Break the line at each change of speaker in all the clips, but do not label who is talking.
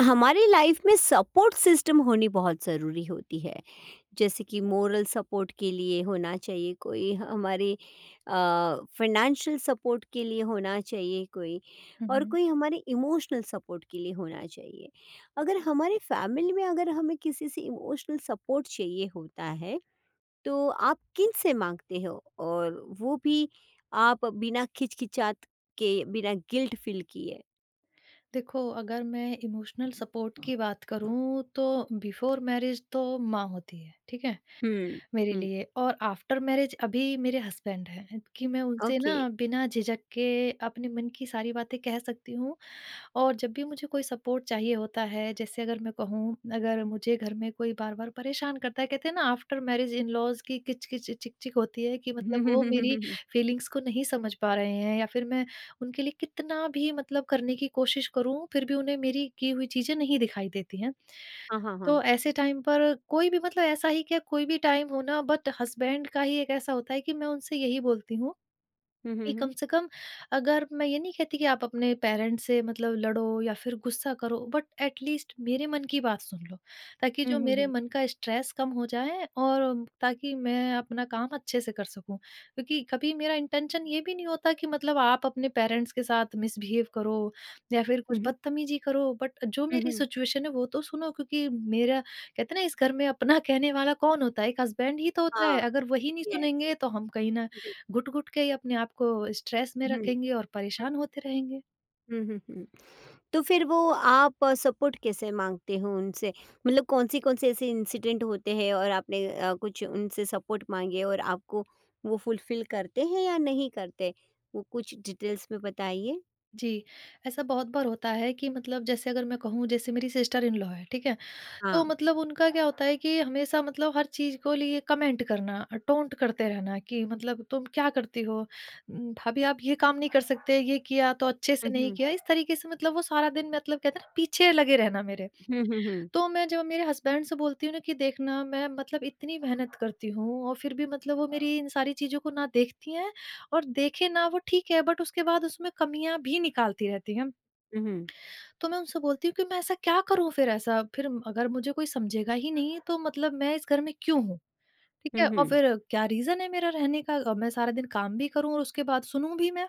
हमारी लाइफ में support system होनी बहुत ज़रूरी होती है। जैसे कि मोरल सपोर्ट के लिए होना चाहिए कोई हमारे, फाइनेंशियल सपोर्ट के लिए होना चाहिए कोई, और
हुँ।
कोई हमारे इमोशनल सपोर्ट के लिए होना चाहिए। अगर हमारे फैमिली में, अगर हमें किसी से इमोशनल सपोर्ट चाहिए होता है, तो आप किन से मांगते हो? और वो भी आप बिना खिचखिचात के, बिना गिल्ट फील किए।
देखो, अगर मैं इमोशनल सपोर्ट की बात करूँ तो बिफ़ोर मैरिज तो माँ होती है, ठीक है?
हम्म।
मेरे
हम्म।
लिए। और आफ्टर मैरिज अभी मेरे हस्बैंड हैं कि मैं उनसे
ओके।
ना बिना झिझक के अपने मन की सारी बातें कह सकती हूँ। और जब भी मुझे कोई सपोर्ट चाहिए होता है, जैसे अगर मैं कहूँ, अगर मुझे घर में कोई बार-बार परेशान करता है, कहते हैं ना, आफ्टर मैरिज इन-लॉज़ की किच-किच, चिक-चिक होती है कि मतलब वो मेरी फीलिंग्स को नहीं समझ पा रहे हैं, या फिर मैं उनके लिए कितना भी मतलब करने की कोशिश करूँ, फिर भी उन्हें मेरी की हुई चीज़ें नहीं दिखाई देती हैं।
हाँ, हाँ, हाँ।
तो ऐसे टाइम पर कोई भी, मतलब ऐसा ही क्या, कोई भी टाइम हो ना, बट हस्बैंड का ही एक ऐसा होता है कि मैं उनसे यही बोलती हूँ
हुँ, हुँ,
कि कम
हुँ।
से कम, अगर मैं ये नहीं कहती कि आप अपने पेरेंट्स से मतलब लड़ो या फिर गुस्सा करो, बट एटलीस्ट मेरे मन की बात सुन लो, ताकि
हुँ,
जो
हुँ,
मेरे
हुँ।
मन का स्ट्रेस कम हो जाए, और ताकि मैं अपना काम अच्छे से कर सकूं। क्योंकि कभी मेरा इंटेंशन ये भी नहीं होता कि मतलब आप अपने पेरेंट्स के साथ मिसबिहेव करो या फिर
हुँ,
कुछ
हुँ।
बदतमीजी करो, बट जो
हुँ,
मेरी
हुँ।
सिचुएशन है वो तो सुनो। क्योंकि मेरा, कहते हैं ना, इस घर में अपना कहने वाला कौन होता है? एक हस्बैंड ही तो होता
हाँ,
है। अगर वही नहीं
यस।
सुनेंगे तो हम कहीं ना
हुँ, हुँ,
घुट-घुट के ही अपने आप को स्ट्रेस में रखेंगे और
हुँ,
परेशान होते रहेंगे।
हुँ, हुँ, हुँ। तो फिर वो आप सपोर्ट कैसे माँगते हो उनसे? मतलब कौन-से-कौन से ऐसे इंसिडेंट होते हैं, और आपने कुछ उनसे सपोर्ट माँगे और आपको वो फुलफ़िल करते हैं या नहीं करते? वो कुछ डिटेल्स में बताइए।
जी, ऐसा बहुत बार होता है कि मतलब, जैसे अगर मैं कहूँ, जैसे मेरी सिस्टर इन लॉ है, ठीक है? तो
हाँ।
मतलब उनका क्या होता है कि हमेशा, मतलब हर चीज़ को लिए कमेंट करना, टोंट करते रहना, कि मतलब तुम क्या करती हो? भाभी आप ये काम नहीं कर सकते, ये किया तो अच्छे से
हुँ,
नहीं
हुँ।
किया। इस तरीके से मतलब वो सारा दिन, मतलब कहते हैं ना, पीछे लगे रहना मेरे।
हुँ, हुँ, हुँ।
तो मैं जब मेरे हस्बैंड से बोलती हूँ ना कि देखना, मैं मतलब इतनी मेहनत करती हूँ और फिर भी मतलब वो मेरी इन सारी चीज़ों को ना देखती हैं। और देखे ना, वो ठीक है, बट उसके बाद उसमें कमियाँ भी निकालती रहती हैं।
हुँ, हुँ।
तो मैं उनसे बोलती हूँ कि मैं ऐसा क्या करूँ फिर ऐसा? फिर अगर मुझे कोई समझेगा ही नहीं, तो मतलब मैं इस घर में क्यों हूँ? ठीक
हुँ,
है? और
हुँ।
फिर क्या रीज़न है मेरा रहने का? और मैं सारा दिन काम भी करूँ और उसके बाद सुनूँ भी मैं?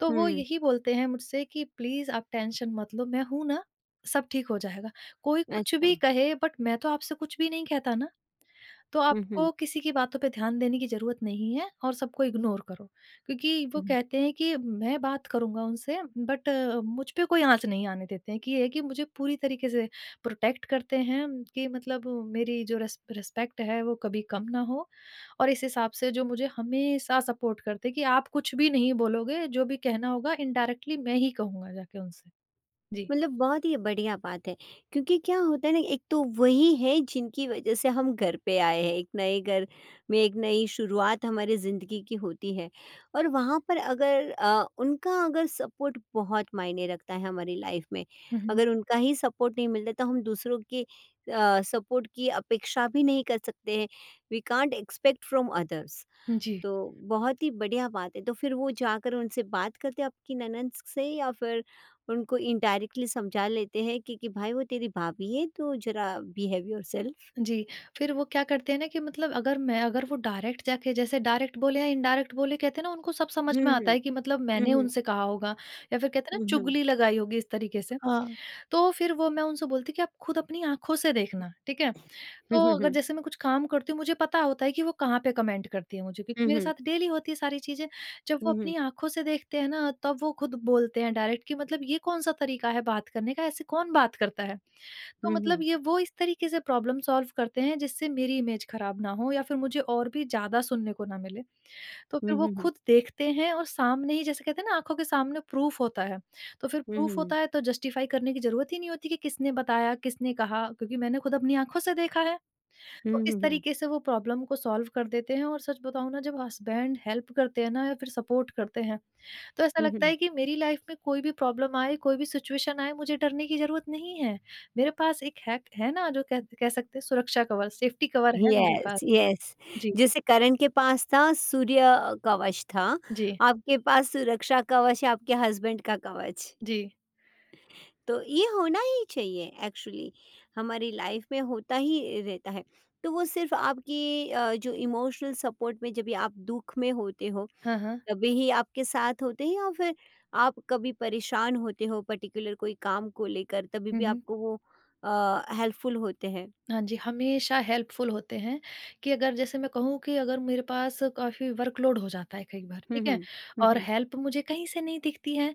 तो वो
हुँ।
यही बोलते हैं मुझसे कि प्लीज़ आप टेंशन मत लो, मैं हूँ ना, सब ठीक हो जाएगा। कोई कुछ
अच्छा।
भी कहे, बट मैं तो आपसे कुछ भी नहीं कहता ना। तो
हुँ, हुँ।
आपको किसी की बातों पे ध्यान देने की ज़रूरत नहीं है, और सबको इग्नोर करो। क्योंकि वो
हुँ।
कहते हैं कि मैं बात करूँगा उनसे, बट मुझ पे कोई आँच नहीं आने देते हैं, कि ये है कि मुझे पूरी तरीके से प्रोटेक्ट करते हैं, कि मतलब मेरी जो रिस्पेक्ट है वो कभी कम ना हो। और इस हिसाब से जो मुझे हमेशा सपोर्ट करते हैं, कि आप कुछ भी नहीं बोलोगे, जो भी कहना होगा इनडायरेक्टली मैं ही कहूँगा जाके उनसे। जी।
मतलब बहुत ही बढ़िया बात है, क्योंकि क्या होता है ना, एक तो वही है जिनकी वजह से हम घर पे आए हैं। एक नए घर में एक नई शुरुआत हमारी ज़िंदगी की होती है, और वहाँ पर अगर उनका अगर सपोर्ट बहुत मायने रखता है हमारी लाइफ में।
हुँ, हुँ।
अगर उनका ही सपोर्ट नहीं मिलता तो हम दूसरों के सपोर्ट की अपेक्षा भी नहीं कर सकते हैं। We can't expect from others.
जी।
तो बहुत ही बढ़िया बात है। तो फिर वो जाकर उनसे बात करते हैं आपकी ननद से, या फिर उनको इनडायरेक्टली समझा लेते हैं कि भाई वो तेरी भाभी है तो जरा बिहेव योरसेल्फ?
जी, फिर वो क्या करते हैं ना कि मतलब, अगर मैं, अगर वो डायरेक्ट जाके जैसे डायरेक्ट बोले या इनडायरेक्ट बोले, कहते हैं ना उनको सब समझ
हुँ,
में आता
हुँ।
है कि मतलब
हुँ,
मैंने
हुँ।
उनसे कहा होगा, या फिर, कहते हैं ना,
हुँ, हुँ।
चुगली लगाई होगी इस तरीके से।
हाँ।
तो फिर वो, मैं उनसे बोलती कि आप खुद अपनी आँखों से देखना, ठीक है?
हुँ,
तो
हुँ,
अगर
हुँ।
जैसे मैं कुछ काम करती हूँ, मुझे पता होता है कि वो कहाँ पे कमेंट करती है मुझे,
हुँ,
क्योंकि मेरे
हुँ।
साथ डेली होती है सारी चीज़ें। जब
हुँ,
वो
हुँ।
अपनी आँखों से देखते हैं ना, तब वो खुद बोलते हैं डायरेक्ट, कि मतलब ये कौन-सा तरीका है बात करने का, ऐसे कौन बात करता है? तो
हुँ,
मतलब
हुँ।
ये, वो इस तरीके से प्रॉब्लम सॉल्व करते हैं, जिससे मेरी इमेज खराब ना हो या फिर मुझे और भी ज़्यादा सुनने को ना मिले। तो
हुँ,
फिर वो
हुँ, हुँ।
खुद देखते हैं और सामने ही, जैसे कहते हैं ना, आँखों के सामने प्रूफ होता है। तो फिर
हुँ, हुँ,
प्रूफ
हुँ।
होता है, तो जस्टिफाई करने की ज़रूरत ही नहीं होती कि किसने बताया, किसने कहा, क्योंकि मैंने खुद अपनी आँखों से देखा है।
हुँ,
तो इस
हुँ, हुँ।
तरीके से वो प्रॉब्लम को सॉल्व कर देते हैं। और सच बताऊँ ना, जब हस्बैंड हेल्प करते हैं ना, या फिर सपोर्ट करते हैं, तो ऐसा
हुँ,
लगता
हुँ।
है कि मेरी लाइफ में कोई भी प्रॉब्लम आए, कोई भी सिचुएशन आए, मुझे डरने की ज़रूरत नहीं है। मेरे पास एक हैक है ना, जो कह कह सकते हैं सुरक्षा कवर, सेफ्टी कवर है मेरे
यस,
पास।
यस।
जी,
जैसे करण के पास था सूर्य कवच था,
जी,
आपके पास सुरक्षा कवच है, आपके हस्बैंड का कवच।
जी।
तो ये होना ही चाहिए एक्चुअली। हमारी लाइफ में होता ही रहता है। तो वो सिर्फ आपकी जो इमोशनल सपोर्ट में, जब भी आप दुख में होते हो
हाँ, हाँ।
तभी ही आपके साथ होते हैं, या फिर आप कभी परेशान होते हो पर्टिकुलर कोई काम को लेकर तभी
हुँ,
भी
हुँ।
आपको वो हेल्पफुल होते हैं?
हाँ जी, हमेशा हेल्पफुल होते हैं। कि अगर जैसे मैं कहूँ, कि अगर मेरे पास काफ़ी वर्कलोड हो जाता है कई बार,
हम्म।
ठीक है?
हम्म।
और
हम्म।
हेल्प मुझे कहीं से नहीं दिखती है,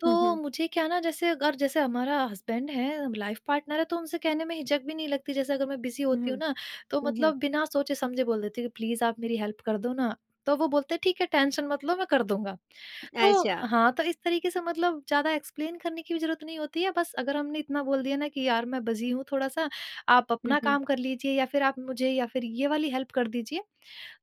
तो
हम्म।
मुझे क्या ना, जैसे अगर जैसे हमारा हस्बैंड है, लाइफ पार्टनर है, तो उनसे कहने में हिचक भी नहीं लगती। जैसे अगर मैं बिज़ी
हम्म।
होती हूँ
हम्म।
ना, तो मतलब बिना सोचे-समझे बोल देती हूँ कि प्लीज़ आप मेरी हेल्प कर दो ना। तो वो बोलते हैं, ठीक है, टेंशन मत लो, मैं कर दूँगा। तो
अच्छा।
हाँ, तो इस तरीके से मतलब ज़्यादा एक्सप्लेन करने की भी ज़रूरत नहीं होती है। बस अगर हमने इतना बोल दिया ना कि यार, मैं बिज़ी हूँ थोड़ा-सा, आप
हम्म।
अपना
हम्म।
काम कर लीजिए, या फिर आप मुझे, या फिर ये वाली हेल्प कर दीजिए।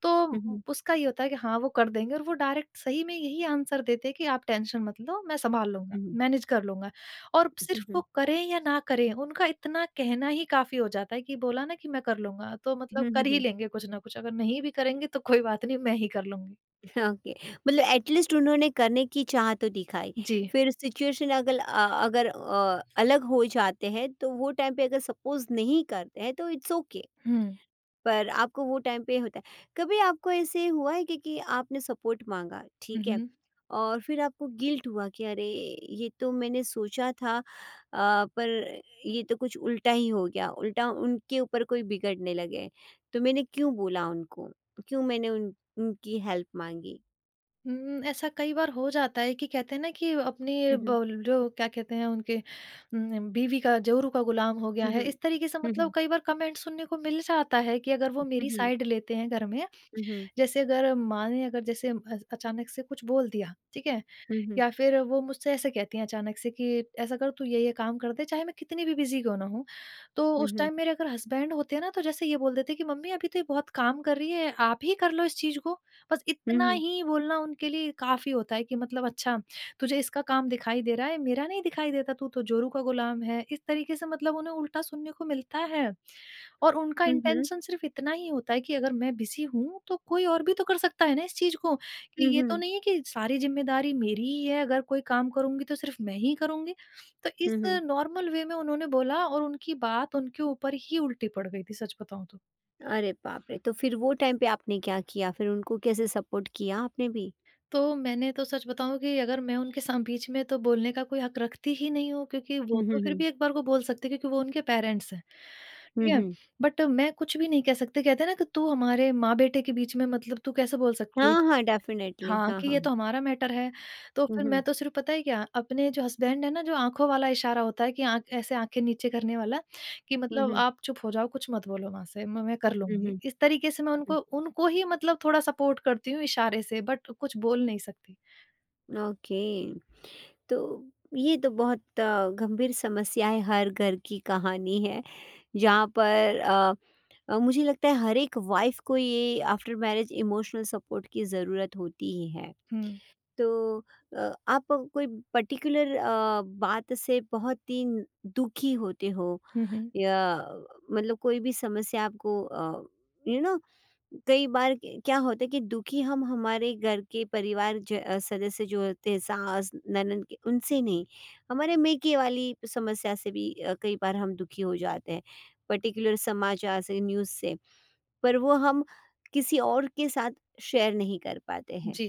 तो उ
हम्म।
उसका ये होता है कि हाँ, वो कर देंगे। और वो डायरेक्ट, सही में, यही आंसर देते हैं कि आप टेंशन मत लो, मैं सँभाल लूँगा,
हम्म।
मैनेज कर लूँगा। और सिर्फ़ वो
हम्म।
करें या ना करें, उनका इतना कहना ही काफ़ी हो जाता है, कि बोला ना कि मैं कर लूँगा, तो
हम्म।
मतलब
हम्म।
कर ही
हम्म।
लेंगे कुछ ना कुछ, अगर नहीं भी करेंगे तो कोई बात नहीं, मैं ही कर लूँगी।
हाँ, ओके। मतलब एटलीस्ट उन्होंने करने की चाह तो दिखाई।
जी।
फिर सिचुएशन अगल अ, अगर अ, अलग हो जाते हैं तो वो टाइम पे अगर सपोज़ नहीं करते हैं तो इट्स ओके,
हुँ।
पर आपको वो टाइम पे होता है। कभी आपको ऐसे हुआ है कि आपने सपोर्ट माँगा,
हुँ,
ठीक है?
हुँ।
और फिर आपको गिल्ट हुआ कि अरे! ये तो मैंने सोचा था, पर ये तो कुछ उल्टा ही हो गया, उल्टा उनके ऊपर कोई बिगड़ने लगे। तो मैंने क्यों बोला उनको? क्यों मैंने उन उनकी हेल्प माँगी?
हुँ, ऐसा कई बार हो जाता है कि, कहते हैं ना, कि अपनी ब जो क्या कहते हैं, उनके बीवी का, जोरू का गुलाम हो गया है।
Mhm।
इस तरीके से मतलब
Mhm।
कई बार कमेंट सुनने को मिल जाता है, कि अगर वो मेरी
Mhm।
साइड लेते हैं घर में,
Mhm।
जैसे अगर माँ ने, अगर जैसे अचानक से कुछ बोल दिया, ठीक है?
Mhm।
या फिर वो मुझसे ऐसे कहती हैं अचानक से कि ऐसा कर, तू ये काम कर दे, चाहे मैं कितनी भी बिजी क्यों ना हूँ। तो उस
Mhm।
टाइम मेरे अगर हस्बैंड होते ना, तो जैसे ये बोल देते कि मम्मी, अभी तो ये बहुत काम कर रही है, आप ही कर लो इस चीज़ को। बस इतना
Mhm।
ही बोलना उनके लिए काफ़ी होता है, कि मतलब, अच्छा, तुझे इसका काम दिखाई दे रहा है, मेरा नहीं दिखाई देता, तू तो जोरू का गुलाम है। इस तरीके से मतलब उन्हें उल्टा सुनने को मिलता है। और उनका
Mhm।
इंटेंशन सिर्फ़ इतना ही होता है कि अगर मैं बिजी हूँ तो कोई और भी तो कर सकता है ना इस चीज़ को। कि ये तो
Mhm।
नहीं है कि सारी ज़िम्मेदारी मेरी ही है, अगर कोई काम करूँगी तो सिर्फ़ मैं ही करूँगी। तो इस
Mhm।
नॉर्मल वे में उन्होंने बोला, और उनकी बात उनके ऊपर ही उल्टी पड़ गई थी, सच बताऊँ तो।
अरे बाप रे! तो फिर वो टाइम पे आपने क्या किया? फिर उनको कैसे सपोर्ट किया आपने भी?
तो मैंने तो, सच बताऊँ, कि अगर मैं उनके साम बीच में तो बोलने का कोई हक रखती ही नहीं हूँ, क्योंकि
हुँ,
वो
हुँ,
तो फिर
हुँ,
भी एक बार को बोल सकते हैं, क्योंकि वो उनके पेरेंट्स हैं।
हुँ,
ठीक है?
हुँ।
बट मैं कुछ भी नहीं कह सकती। कहते हैं ना कि तू हमारे माँ-बेटे के बीच में मतलब तू कैसे बोल सकती है।
हाँ, हाँ, डेफ़िनेटली।
हाँ,
हाँ,
कि
हाँ।
ये तो हमारा मैटर है। तो
हुँ,
फिर
हुँ,
मैं तो सिर्फ़ पता है क्या, अपने जो हस्बैंड है ना, जो आँखों वाला इशारा होता है कि आँख ऐसे आँखें नीचे करने वाला, कि
हुँ,
मतलब
हुँ,
आप चुप हो जाओ, कुछ मत बोलो वहाँ से, म मैं कर
हुँ,
लूँगी।
हुँ,
इस तरीके से मैं
हुँ।
उनको उनको ही मतलब थोड़ा सपोर्ट करती हूँ इशारे से, बट कुछ बोल नहीं सकती।
ओके। तो ये तो बहुत गंभीर समस्या है, हर घर की कहानी है, जहाँ पर मुझे लगता है हर एक वाइफ़ को ये आफ्टर मैरिज इमोशनल सपोर्ट की ज़रूरत होती ही है।
हुँ।
तो आप कोई पर्टिकुलर बात से बहुत ही दुखी होते हो,
हुँ, हुँ।
या मतलब कोई भी समस्या आपको, यू नो, कई बार क्या होता है कि दुखी हम हमारे घर के परिवार सदस्य जो होते हैं सास ननद के उनसे नहीं, हमारे मेके वाली समस्या से भी कई बार हम दुखी हो जाते हैं, पर्टिकुलर समाचार से, न्यूज़ से, पर वो हम किसी और के साथ शेयर नहीं कर पाते हैं।
जी।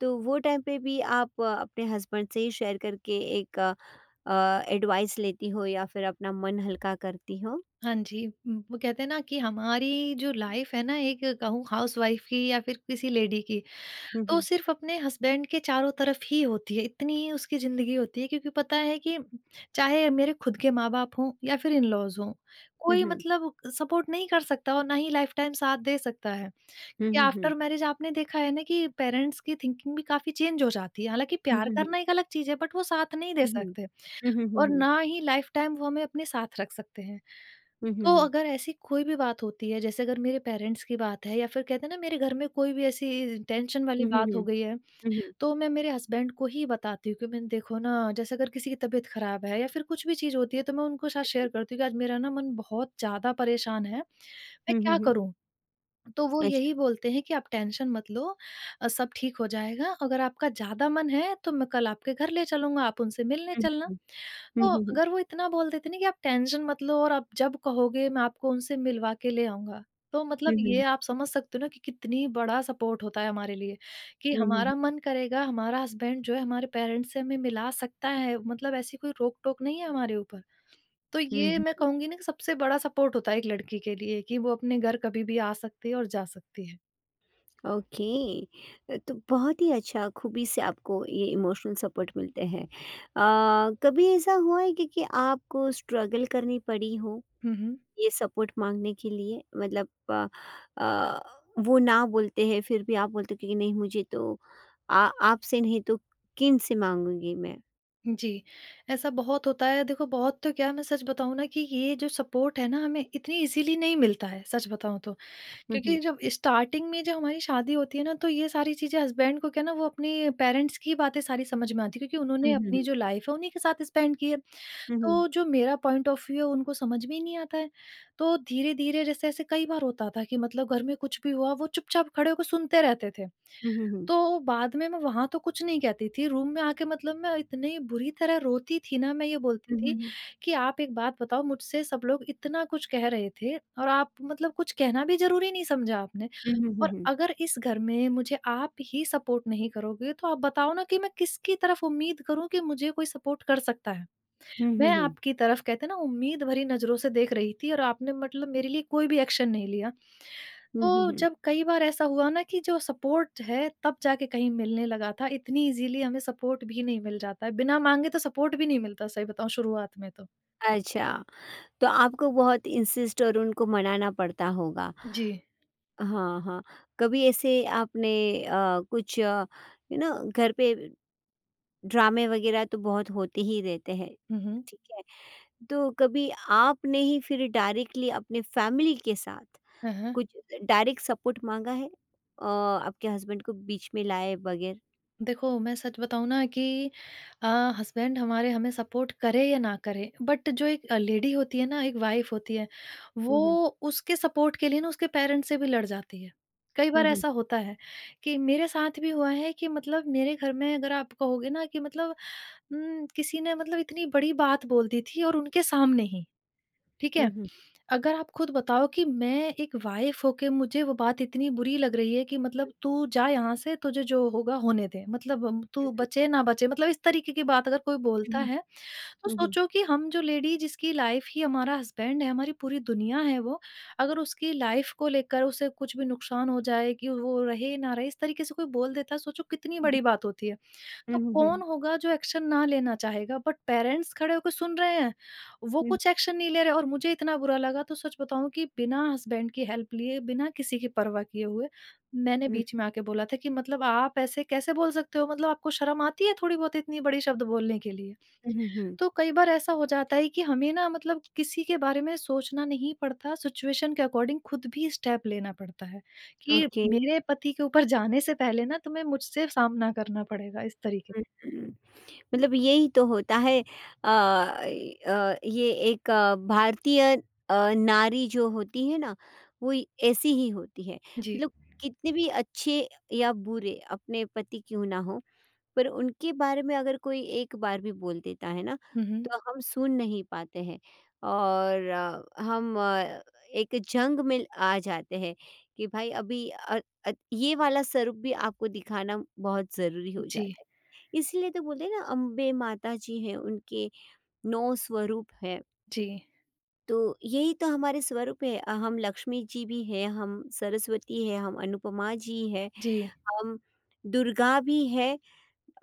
तो वो टाइम पे भी आप अपने हस्बैंड से ही शेयर करके एक एडवाइस लेती हो, या फिर अपना मन हल्का करती हो?
हाँ जी। वो कहते हैं ना कि हमारी जो लाइफ़ है ना, एक कहूँ हाउसवाइफ़ की या फिर किसी लेडी की,
हुँ,
तो
हुँ।
सिर्फ़ अपने हस्बैंड के चारों तरफ ही होती है, इतनी ही उसकी ज़िंदगी होती है, क्योंकि पता है कि चाहे मेरे खुद के माँ-बाप हों या फिर इन-लॉज़ हों,
हुँ,
कोई
हुँ।
मतलब सपोर्ट नहीं कर सकता और ना ही लाइफ़ टाइम साथ दे सकता है।
हुँ,
क्योंकि
हुँ, हुँ।
आफ्टर मैरिज आपने देखा है ना कि पेरेंट्स की थिंकिंग भी काफ़ी चेंज हो जाती है। हालाँकि
हुँ,
प्यार
हुँ, हुँ।
करना एक अलग चीज़ है, बट वो साथ नहीं दे
हुँ, हुँ।
सकते
हुँ, हुँ, हुँ,
और
हुँ।
ना ही लाइफ़ टाइम वो हमें अपने साथ रख सकते हैं।
हुँ, हुँ,
तो
हुँ।
अगर ऐसी कोई भी बात होती है, जैसे अगर मेरे पेरेंट्स की बात है या फिर कहते हैं ना मेरे घर में कोई भी ऐसी टेंशन वाली
हुँ, हुँ,
बात हो
हुँ।
गई है,
हुँ, हुँ।
तो मैं मेरे हस्बैंड को ही बताती हूँ कि मैंने देखो ना, जैसे अगर किसी की तबीयत खराब है या फिर कुछ भी चीज़ होती है, तो मैं उनको साथ शेयर करती हूँ कि आज मेरा ना मन बहुत ज़्यादा परेशान है, मैं
हुँ, हुँ,
क्या
हुँ।
करूँ? तो वो
अच्छा।
यही बोलते हैं कि आप टेंशन मत लो, सब ठीक हो जाएगा। अगर आपका ज़्यादा मन है तो मैं कल आपके घर ले चलूँगा, आप उनसे मिलने
हुँ, हुँ,
चलना।
हुँ।
तो
हुँ, हुँ, हुँ।
अगर वो इतना बोल देते ना कि आप टेंशन मत लो और आप जब कहोगे मैं आपको उनसे मिलवा के ले आऊँगा। तो
हुँ,
मतलब ये
हुँ।
आप समझ सकते हो ना कि कितनी बड़ा सपोर्ट होता है हमारे लिए, कि
हुँ, हुँ।
हमारा मन करेगा, हमारा हस्बैंड जो है हमारे पेरेंट्स से हमें मिला सकता है। मतलब ऐसी कोई रोक-टोक नहीं है हमारे ऊपर। तो
हुँ,
ये मैं
हुँ।
कहूँगी ना कि सबसे बड़ा सपोर्ट होता है एक लड़की के लिए कि वो अपने घर कभी भी आ सकती है और जा सकती है।
ओके। तो बहुत ही अच्छा खूबी से आपको ये इमोशनल सपोर्ट मिलते हैं। कभी ऐसा हुआ है कि आपको स्ट्रगल करनी पड़ी हो?
हुँ, हुँ।
ये सपोर्ट माँगने के लिए, मतलब अ, वो ना बोलते हैं, फिर भी आप बोलते हो कि नहीं, मुझे तो आ आपसे नहीं तो किन से माँगूँगी मैं?
जी, ऐसा बहुत होता है। देखो बहुत तो क्या, मैं सच बताऊँ ना कि ये जो सपोर्ट है ना हमें इतनी ईज़िली नहीं मिलता है, सच बताऊँ तो।
हुँ,
क्योंकि
हुँ।
जब स्टार्टिंग में जब हमारी शादी होती है ना, तो ये सारी चीज़ें हस्बैंड को क्या ना, वो अपने पेरेंट्स की बातें सारी समझ में आती है क्योंकि उन्होंने
हुँ, हुँ,
अपनी
हुँ।
जो लाइफ़ है उन्हीं के साथ स्पेंड की है।
हुँ, हुँ।
तो जो मेरा पॉइंट ऑफ व्यू है उनको समझ में ही नहीं आता है। तो धीरे-धीरे जैसे ऐसे कई बार होता था कि मतलब घर में कुछ भी हुआ वो चुपचाप खड़े होकर सुनते रहते थे।
हुँ,
तो बाद में मैं वहाँ तो कुछ नहीं कहती थी, रूम में आके मतलब मैं इतनी बुरी तरह रोती थी ना, मैं ये बोलती
हुँ,
थी
हुँ।
कि आप एक बात बताओ, मुझसे सब लोग इतना कुछ कह रहे थे और आप मतलब कुछ कहना भी ज़रूरी नहीं समझा आपने।
हुँ, हुँ, हुँ। हुँ,
और
हुँ, हुँ।
अगर इस घर में मुझे आप ही सपोर्ट नहीं करोगे, तो आप बताओ ना कि मैं किसकी तरफ उम्मीद करूँ कि मुझे कोई सपोर्ट कर सकता है?
हुँ,
मैं
हुँ, हुँ।
आपकी तरफ कहते हैं ना उम्मीद भरी नज़रों से देख रही थी और आपने मतलब मेरे लिए कोई भी एक्शन नहीं लिया।
हुँ, हुँ,
तो
हुँ।
जब कई बार ऐसा हुआ ना कि जो सपोर्ट है तब जाके कहीं मिलने लगा था, इतनी ईज़िली हमें सपोर्ट भी नहीं मिल जाता है, बिना माँगे तो सपोर्ट भी नहीं मिलता, सही बताऊँ शुरुआत में तो।
अच्छा, तो आपको बहुत इंसिस्ट और उनको मनाना पड़ता होगा।
जी।
हाँ, हाँ। कभी ऐसे आपने कुछ, यू नो, घर पे ड्रामे वगैरह तो बहुत होते ही रहते हैं,
हुँ, हुँ।
ठीक है? तो कभी आपने ही फिर डायरेक्टली अपने फैमिली के साथ
हाँ, हाँ।
कुछ डायरेक्ट सपोर्ट मांगा है, आपके हस्बैंड को बीच में लाए बगैर?
देखो मैं सच बताऊँ ना कि अ, हस्बैंड हमारे हमें सपोर्ट करे या ना करे, बट जो एक लेडी होती है ना, एक वाइफ होती है,
हुँ,
वो
हुँ,
उसके सपोर्ट के लिए ना उसके पेरेंट्स से भी लड़ जाती है। कई
हुँ,
बार
हुँ,
ऐसा होता है कि मेरे साथ भी हुआ है कि मतलब मेरे घर में अगर आप कहोगे ना कि मतलब किसी ने मतलब इतनी बड़ी बात बोल दी थी और उनके सामने ही, ठीक
हुँ,
है?
हुँ,
अगर आप खुद बताओ कि मैं एक वाइफ़ होके मुझे वो बात इतनी बुरी लग रही है कि मतलब तू जा यहाँ से, तुझे जो होगा होने दे। मतलब तू बचे ना बचे, मतलब इस तरीके की बात अगर कोई
हुँ,
बोलता
हुँ,
है, तो
हुँ, हुँ,
सोचो कि हम जो लेडी जिसकी लाइफ़ ही हमारा हस्बैंड है, हमारी पूरी दुनिया है वो, अगर उसकी लाइफ़ को लेकर उसे कुछ भी नुकसान हो जाए कि वो रहे ना रहे, इस तरीके से कोई बोल देता है, सोचो कितनी
हुँ,
बड़ी बात होती है। तो
हुँ,
कौन होगा जो एक्शन ना लेना चाहेगा? बट पेरेंट्स खड़े होके सुन रहे हैं, वो
हुँ,
कुछ एक्शन नहीं ले रहे और मुझे इतना बुरा लगा, तो सच बताऊँ कि बिना हस्बैंड की हेल्प लिए, बिना किसी की परवाह किए हुए, मैंने
हुँ,
बीच में आके बोला था कि मतलब आप ऐसे कैसे बोल सकते हो? मतलब आपको शर्म आती है थोड़ी बहुत इतनी बड़ी शब्द बोलने के लिए?
हुँ, हुँ।
तो कई बार ऐसा हो जाता है कि हमें ना मतलब किसी के बारे में सोचना नहीं पड़ता, सिचुएशन के अकॉर्डिंग खुद भी स्टेप लेना पड़ता है, कि
ओके।
मेरे पति के ऊपर जाने से पहले ना तुम्हें मुझसे सामना करना पड़ेगा, इस तरीके।
हुँ, हुँ। मतलब यही तो होता है। अ, ये एक भारतीय नारी जो होती है ना, ऐसी ही होती है।
जी।
मतलब कितने भी अच्छे या बुरे अपने पति क्यों ना हों, पर उनके बारे में अगर कोई एक बार भी बोल देता है ना,
हुँ, हुँ।
तो हम सुन नहीं पाते हैं, और हम एक जंग में आ जाते हैं कि भाई अभी ये वाला स्वरूप भी आपको दिखाना बहुत ज़रूरी हो
जी,
जाता है। इसलिए तो बोलते हैं ना, अम्बे माता जी हैं, उनके 9 स्वरूप हैं,
जी,
तो यही तो हमारे स्वरूप है। हम लक्ष्मी जी भी हैं, हम सरस्वती हैं, हम अनुपमा जी हैं,
जी,
हम दुर्गा भी है,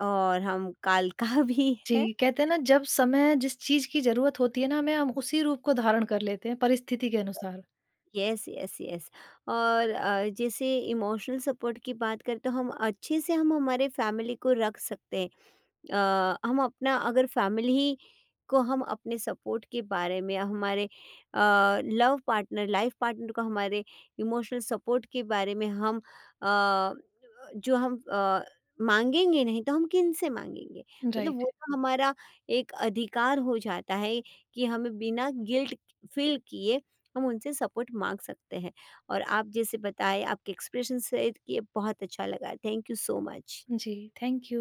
और हम कालका भी
जी।
हैं।
कहते हैं ना, जब समय जिस चीज़ की ज़रूरत होती है ना हमें, हम उसी रूप को धारण कर लेते हैं परिस्थिति के अनुसार।
Yes, yes, yes. और जैसे इमोशनल सपोर्ट की बात करें तो हम अच्छे से हम हमारे फैमिली को रख सकते हैं। हम अपना अगर फैमिली को, हम अपने सपोर्ट के बारे में, हमारे लव पार्टनर लाइफ पार्टनर को, हमारे इमोशनल सपोर्ट के बारे में, हम अ, जो हम अ, मांगेंगे नहीं तो हम किन से मांगेंगे? मतलब
राइट।
वो तो हमारा एक अधिकार हो जाता है कि हमें बिना गिल्ट फील किए हम उनसे सपोर्ट मांग सकते हैं। और आप जैसे बताए आपके एक्सप्रेशन से ये बहुत अच्छा लगा। Thank you so much.
जी, थैंक यू।